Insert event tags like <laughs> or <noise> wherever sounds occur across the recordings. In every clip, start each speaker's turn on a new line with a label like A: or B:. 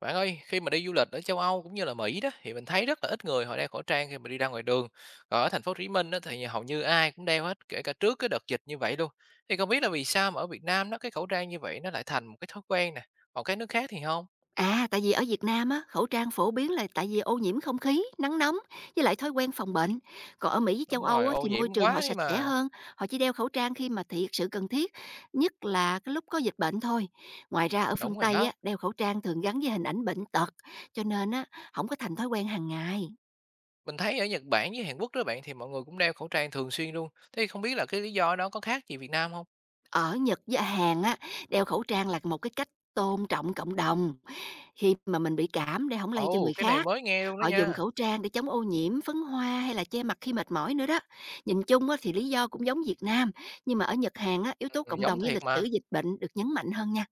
A: Bạn ơi, khi mà đi du lịch ở châu Âu cũng như là Mỹ đó thì mình thấy rất là ít người họ đeo khẩu trang khi mà đi ra ngoài đường. Còn ở thành phố Hồ Chí Minh đó thì hầu như ai cũng đeo hết, kể cả trước cái đợt dịch như vậy luôn. Thì không biết là vì sao mà ở Việt Nam đó cái khẩu trang như vậy nó lại thành một cái thói quen nè, còn các nước khác thì không.
B: À, tại vì ở Việt Nam á, khẩu trang phổ biến là tại vì ô nhiễm không khí, nắng nóng với lại thói quen phòng bệnh. Còn ở Mỹ với châu
A: Đúng
B: Âu
A: rồi,
B: á,
A: ô
B: thì
A: nhiễm
B: môi trường họ
A: quá đi
B: sạch sẽ
A: mà.
B: hơn, họ chỉ đeo khẩu trang khi mà thiệt sự cần thiết, nhất là cái lúc có dịch bệnh thôi. Ngoài ra ở phương
A: Đúng rồi
B: Tây
A: đó.
B: á, đeo khẩu trang thường gắn với hình ảnh bệnh tật, cho nên á, không có thành thói quen hàng ngày.
A: Mình thấy ở Nhật Bản với Hàn Quốc đó bạn thì mọi người cũng đeo khẩu trang thường xuyên luôn. Thế không biết là cái lý do đó có khác gì Việt Nam không?
B: Ở Nhật với Hàn á, đeo khẩu trang là một cái cách tôn trọng cộng đồng khi mà mình bị cảm để không lây cho
A: Ồ,
B: người
A: cái này
B: khác.
A: mới nghe luôn đó
B: Họ dùng
A: nha.
B: khẩu trang để chống ô nhiễm, phấn hoa hay là che mặt khi mệt mỏi nữa đó. Nhìn chung á, thì lý do cũng giống Việt Nam, nhưng mà ở Nhật Hàn á, yếu tố
A: Ừ,
B: cộng
A: giống
B: đồng với
A: thiệt
B: lịch sử
A: mà.
B: dịch bệnh được nhấn mạnh hơn nha.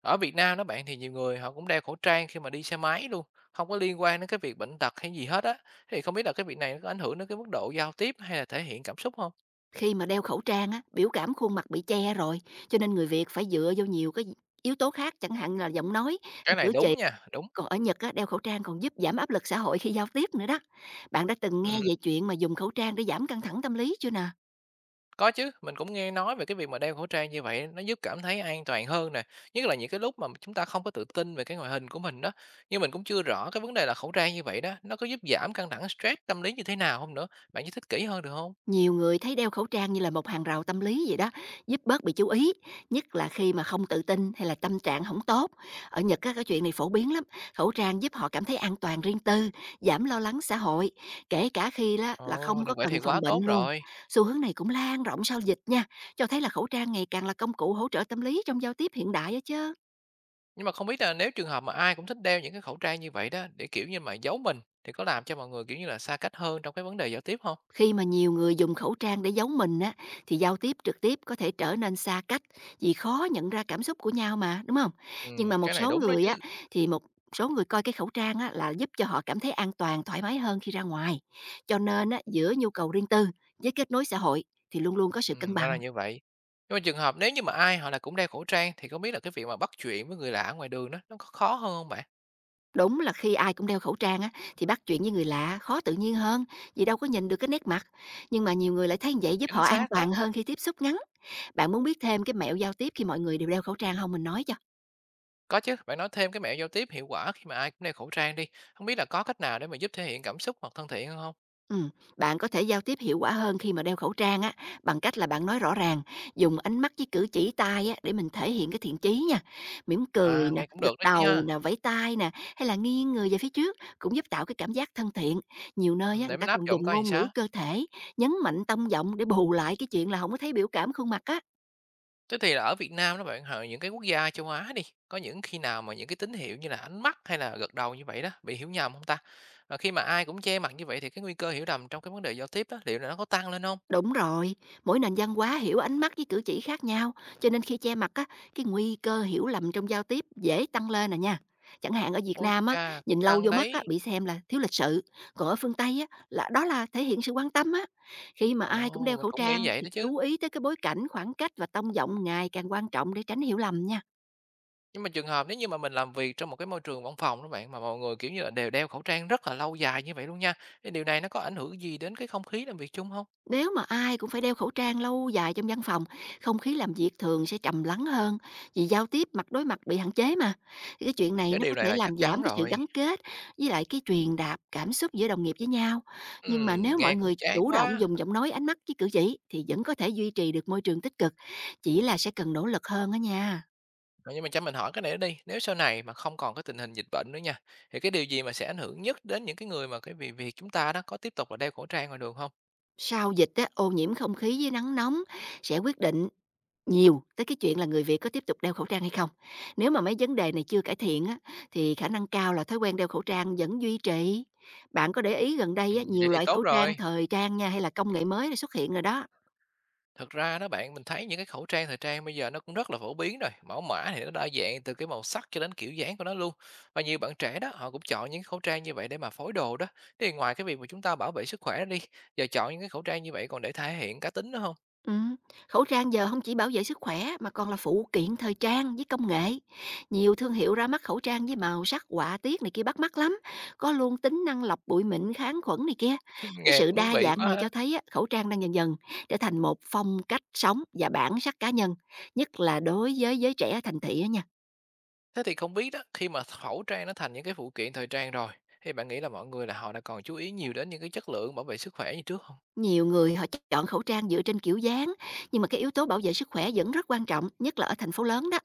A: Ở Việt Nam đó bạn thì nhiều người họ cũng đeo khẩu trang khi mà đi xe máy luôn, không có liên quan đến cái việc bệnh tật hay gì hết á. Thì không biết là cái việc này nó có ảnh hưởng đến cái mức độ giao tiếp hay là thể hiện cảm xúc không?
B: Khi mà đeo khẩu trang á, biểu cảm khuôn mặt bị che rồi, cho nên người Việt phải dựa vô nhiều cái yếu tố khác, chẳng hạn là giọng nói, hay
A: Cái này
B: cử
A: đúng
B: chỉ.
A: nha, đúng.
B: Còn ở Nhật á, đeo khẩu trang còn giúp giảm áp lực xã hội khi giao tiếp nữa đó. Bạn đã từng nghe
A: Ừm.
B: về chuyện mà dùng khẩu trang để giảm căng thẳng tâm lý chưa nè?
A: Có chứ, mình cũng nghe nói về cái việc mà đeo khẩu trang như vậy nó giúp cảm thấy an toàn hơn nè, nhất là những cái lúc mà chúng ta không có tự tin về cái ngoại hình của mình đó. Nhưng mình cũng chưa rõ cái vấn đề là khẩu trang như vậy đó, nó có giúp giảm căng thẳng stress tâm lý như thế nào không nữa? Bạn giải thích kỹ hơn được không?
B: Nhiều người thấy đeo khẩu trang như là một hàng rào tâm lý vậy đó, giúp bớt bị chú ý, nhất là khi mà không tự tin hay là tâm trạng không tốt. Ở Nhật á, cái chuyện này phổ biến lắm, khẩu trang giúp họ cảm thấy an toàn, riêng tư, giảm lo lắng xã hội, kể cả khi đó là
A: Ồ,
B: không có
A: được vậy
B: cần
A: thì
B: phòng
A: quá
B: bệnh
A: tốt
B: luôn.
A: rồi.
B: Xu hướng này cũng lan rộng sau dịch nha, cho thấy là khẩu trang ngày càng là công cụ hỗ trợ tâm lý trong giao tiếp hiện đại á chứ.
A: Nhưng mà không biết là nếu trường hợp mà ai cũng thích đeo những cái khẩu trang như vậy đó, để, kiểu như mà, giấu mình thì có làm cho mọi người, kiểu như là, xa cách hơn trong cái vấn đề giao tiếp không?
B: Khi mà nhiều người dùng khẩu trang để giấu mình á, thì giao tiếp trực tiếp có thể trở nên xa cách, vì khó nhận ra cảm xúc của nhau mà, đúng không? Nhưng mà một
A: Cái này
B: số
A: đúng đó
B: người á,
A: chứ.
B: thì một số người coi cái khẩu trang á là giúp cho họ cảm thấy an toàn, thoải mái hơn khi ra ngoài. Cho nên á, giữa nhu cầu riêng tư với kết nối xã hội thì luôn luôn có sự cân
A: Ừm, ra
B: bằng.
A: là như vậy. Nhưng mà trường hợp nếu như mà ai họ là cũng đeo khẩu trang thì không biết là cái việc mà bắt chuyện với người lạ ngoài đường đó, nó có khó hơn không bạn?
B: Đúng là khi ai cũng đeo khẩu trang á, thì bắt chuyện với người lạ khó tự nhiên hơn, vì đâu có nhìn được cái nét mặt, nhưng mà nhiều người lại thấy như vậy giúp
A: Chính
B: họ an
A: xác đó.
B: toàn hơn khi tiếp xúc ngắn. Bạn muốn biết thêm cái mẹo giao tiếp khi mọi người đều đeo khẩu trang không? Mình nói cho.
A: Có chứ, bạn nói thêm cái mẹo giao tiếp hiệu quả khi mà ai cũng đeo khẩu trang đi, không biết là có cách nào để mà giúp thể hiện cảm xúc hoặc thân thiện hơn hông?
B: Ừm, Bạn có thể giao tiếp hiệu quả hơn khi mà đeo khẩu trang á, bằng cách là bạn nói rõ ràng, dùng ánh mắt với cử chỉ tay á, để mình thể hiện cái thiện chí nha. Mỉm cười
A: À,
B: nè,
A: nghe cũng
B: gật
A: được đó chứ
B: đầu
A: ha.
B: nè, vẫy tay nè, hay là nghiêng người về phía trước cũng giúp tạo cái cảm giác thân thiện. Nhiều nơi
A: Ừm,
B: á,
A: để
B: người ta
A: mình áp
B: còn
A: dụng
B: dùng
A: coi làm
B: ngôn ngữ
A: sao.
B: cơ thể, nhấn mạnh tông giọng để bù lại cái chuyện là không có thấy biểu cảm khuôn mặt á.
A: Thế thì là ở Việt Nam đó bạn, hoặc là những cái quốc gia châu Á đi, có những khi nào mà những cái tín hiệu như là ánh mắt hay là gật đầu như vậy đó bị hiểu nhầm không ta? Và khi mà ai cũng che mặt như vậy thì cái nguy cơ hiểu lầm trong cái vấn đề giao tiếp đó liệu là nó có tăng lên không?
B: Đúng rồi, mỗi nền văn hóa hiểu ánh mắt với cử chỉ khác nhau, cho nên khi che mặt á, cái nguy cơ hiểu lầm trong giao tiếp dễ tăng lên nè nha. Chẳng hạn ở Việt
A: Ôi
B: Nam á,
A: cha, cũng
B: nhìn lâu
A: căng
B: vô mắt á,
A: đấy!
B: bị xem là thiếu lịch sự, còn ở phương Tây á, là đó là thể hiện sự quan tâm á. Khi mà ai cũng
A: Ồ,
B: đeo
A: mình
B: khẩu
A: cũng nghĩ
B: trang
A: vậy
B: thì
A: đó chứ.
B: chú ý tới cái bối cảnh, khoảng cách và tông giọng ngày càng quan trọng để tránh hiểu lầm nha.
A: Nhưng mà trường hợp nếu như mà mình làm việc trong một cái môi trường văn phòng đó bạn, mà mọi người, kiểu như là, đều đeo khẩu trang rất là lâu dài như vậy luôn nha, thì điều này nó có ảnh hưởng gì đến cái không khí làm việc chung không?
B: Nếu mà ai cũng phải đeo khẩu trang lâu dài trong văn phòng, không khí làm việc thường sẽ trầm lắng hơn, vì giao tiếp mặt đối mặt bị hạn chế mà. Thì cái chuyện này
A: Cái
B: nó
A: điều
B: có
A: này
B: thể
A: là chắc
B: làm giảm
A: chắn
B: cái sự
A: rồi.
B: gắn kết với lại cái truyền đạt cảm xúc giữa đồng nghiệp với nhau. Nhưng mà nếu mọi
A: Nghe cũng
B: người
A: chán
B: chủ động
A: quá!
B: dùng giọng nói, ánh mắt với cử chỉ thì vẫn có thể duy trì được môi trường tích cực, chỉ là sẽ cần nỗ lực hơn đó nha.
A: Ờ, nhưng mà cho mình hỏi cái này nữa đi, nếu sau này mà không còn cái tình hình dịch bệnh nữa nha, thì cái điều gì mà sẽ ảnh hưởng nhất đến những cái người mà cái việc việc chúng ta đó có tiếp tục là đeo khẩu trang ngoài đường không?
B: Sau dịch á, ô nhiễm không khí với nắng nóng sẽ quyết định nhiều, tới cái chuyện là người Việt có tiếp tục đeo khẩu trang hay không. Nếu mà mấy vấn đề này chưa cải thiện á, thì khả năng cao là thói quen đeo khẩu trang vẫn duy trì. Bạn có để ý gần đây á,
A: Vậy
B: nhiều
A: thì
B: loại
A: tốt
B: khẩu trang
A: rồi.
B: thời trang nha hay là công nghệ mới đã xuất hiện rồi đó.
A: Thực ra đó bạn, mình thấy những cái khẩu trang thời trang bây giờ nó cũng rất là phổ biến rồi, mẫu mã thì nó đa dạng từ cái màu sắc cho đến kiểu dáng của nó luôn. Và nhiều bạn trẻ đó, họ cũng chọn những cái khẩu trang như vậy để mà phối đồ đó. Thế thì ngoài cái việc mà chúng ta bảo vệ sức khỏe ra đi, giờ chọn những cái khẩu trang như vậy còn để thể hiện cá tính nữa không?
B: Ừm, khẩu trang giờ không chỉ bảo vệ sức khỏe mà còn là phụ kiện thời trang với công nghệ. Nhiều thương hiệu ra mắt khẩu trang với màu sắc, họa tiết này kia bắt mắt lắm, có luôn tính năng lọc bụi mịn, kháng khuẩn này kia.
A: <laughs>
B: Cái
A: Nghe
B: sự
A: cũng thú
B: đa
A: vị
B: dạng
A: quá
B: này cho
A: ha.
B: thấy á, khẩu trang đang dần dần trở thành một phong cách sống và bản sắc cá nhân, nhất là đối với giới trẻ thành thị á nha.
A: Thế thì không biết đó, khi mà khẩu trang nó thành những cái phụ kiện thời trang rồi, thì bạn nghĩ là mọi người là họ đã còn chú ý nhiều đến những cái chất lượng bảo vệ sức khỏe như trước không?
B: Nhiều người họ chọn khẩu trang dựa trên kiểu dáng, nhưng mà cái yếu tố bảo vệ sức khỏe vẫn rất quan trọng, nhất là ở thành phố lớn đó.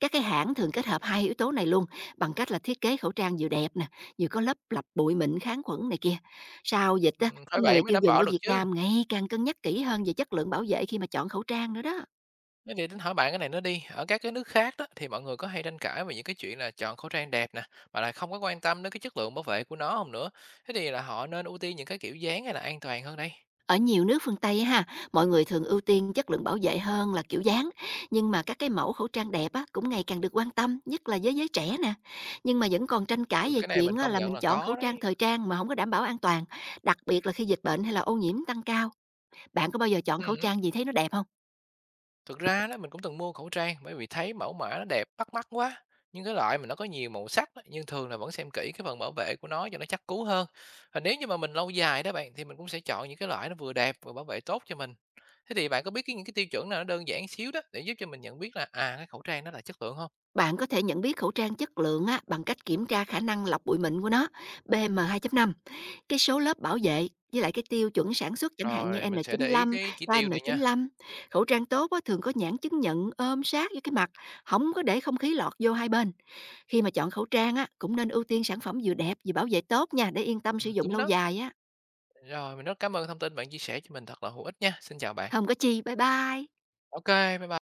B: Các cái hãng thường kết hợp hai yếu tố này luôn, bằng cách là thiết kế khẩu trang vừa đẹp nè, vừa có lớp lọc bụi mịn, kháng khuẩn này kia. Sau dịch á,
A: Phải
B: người
A: vậy mới
B: tiêu
A: đảm
B: dùng
A: bảo
B: ở
A: được
B: Việt
A: chứ.
B: Nam ngày càng cân nhắc kỹ hơn về chất lượng bảo vệ khi mà chọn khẩu trang nữa đó.
A: Thế thì tính hỏi bạn cái này nó đi, ở các cái nước khác đó thì mọi người có hay tranh cãi về những cái chuyện là chọn khẩu trang đẹp nè, mà lại không có quan tâm đến cái chất lượng bảo vệ của nó không nữa. Thế thì là họ nên ưu tiên những cái kiểu dáng hay là an toàn hơn đây?
B: Ở nhiều nước phương Tây á ha, mọi người thường ưu tiên chất lượng bảo vệ hơn là kiểu dáng, nhưng mà các cái mẫu khẩu trang đẹp á cũng ngày càng được quan tâm, nhất là với giới trẻ nè. Nhưng mà vẫn còn tranh cãi
A: Ừ,
B: về
A: cái này
B: chuyện
A: mình
B: á,
A: công
B: là
A: nhận
B: mình
A: là
B: chọn khẩu
A: có
B: trang
A: đấy.
B: thời trang mà không có đảm bảo an toàn, đặc biệt là khi dịch bệnh hay là ô nhiễm tăng cao. Bạn có bao giờ chọn khẩu
A: Ừm.
B: trang gì thấy nó đẹp không?
A: Thực ra đó mình cũng từng mua khẩu trang bởi vì thấy mẫu mã nó đẹp, bắt mắt quá. Nhưng cái loại mà nó có nhiều màu sắc á, nhưng thường là vẫn xem kỹ cái phần bảo vệ của nó cho nó chắc cú hơn. Và nếu như mà mình lâu dài đó bạn thì mình cũng sẽ chọn những cái loại nó vừa đẹp vừa bảo vệ tốt cho mình. Thế thì bạn có biết cái những cái tiêu chuẩn nào nó đơn giản xíu đó để giúp cho mình nhận biết là à cái khẩu trang nó là chất lượng không?
B: Bạn có thể nhận biết khẩu trang chất lượng á bằng cách kiểm tra khả năng lọc bụi mịn của nó, PM.5. Cái số lớp bảo vệ với lại cái tiêu chuẩn sản xuất, chẳng hạn như
A: Rồi mình sẽ để ý
B: N95,
A: cái chỉ tiêu này nha.
B: KN95, khẩu trang tốt á, thường có nhãn chứng nhận, ôm sát với cái mặt, không có để không khí lọt vô hai bên. Khi mà chọn khẩu trang á, cũng nên ưu tiên sản phẩm vừa đẹp vừa bảo vệ tốt nha, để yên tâm
A: Ừ,
B: sử dụng
A: đúng
B: lâu
A: đó.
B: dài á.
A: Rồi mình rất cảm ơn thông tin bạn chia sẻ cho mình thật là hữu ích nha. Xin chào bạn.
B: Hông có chi, bye bye.
A: Ok, bye bye.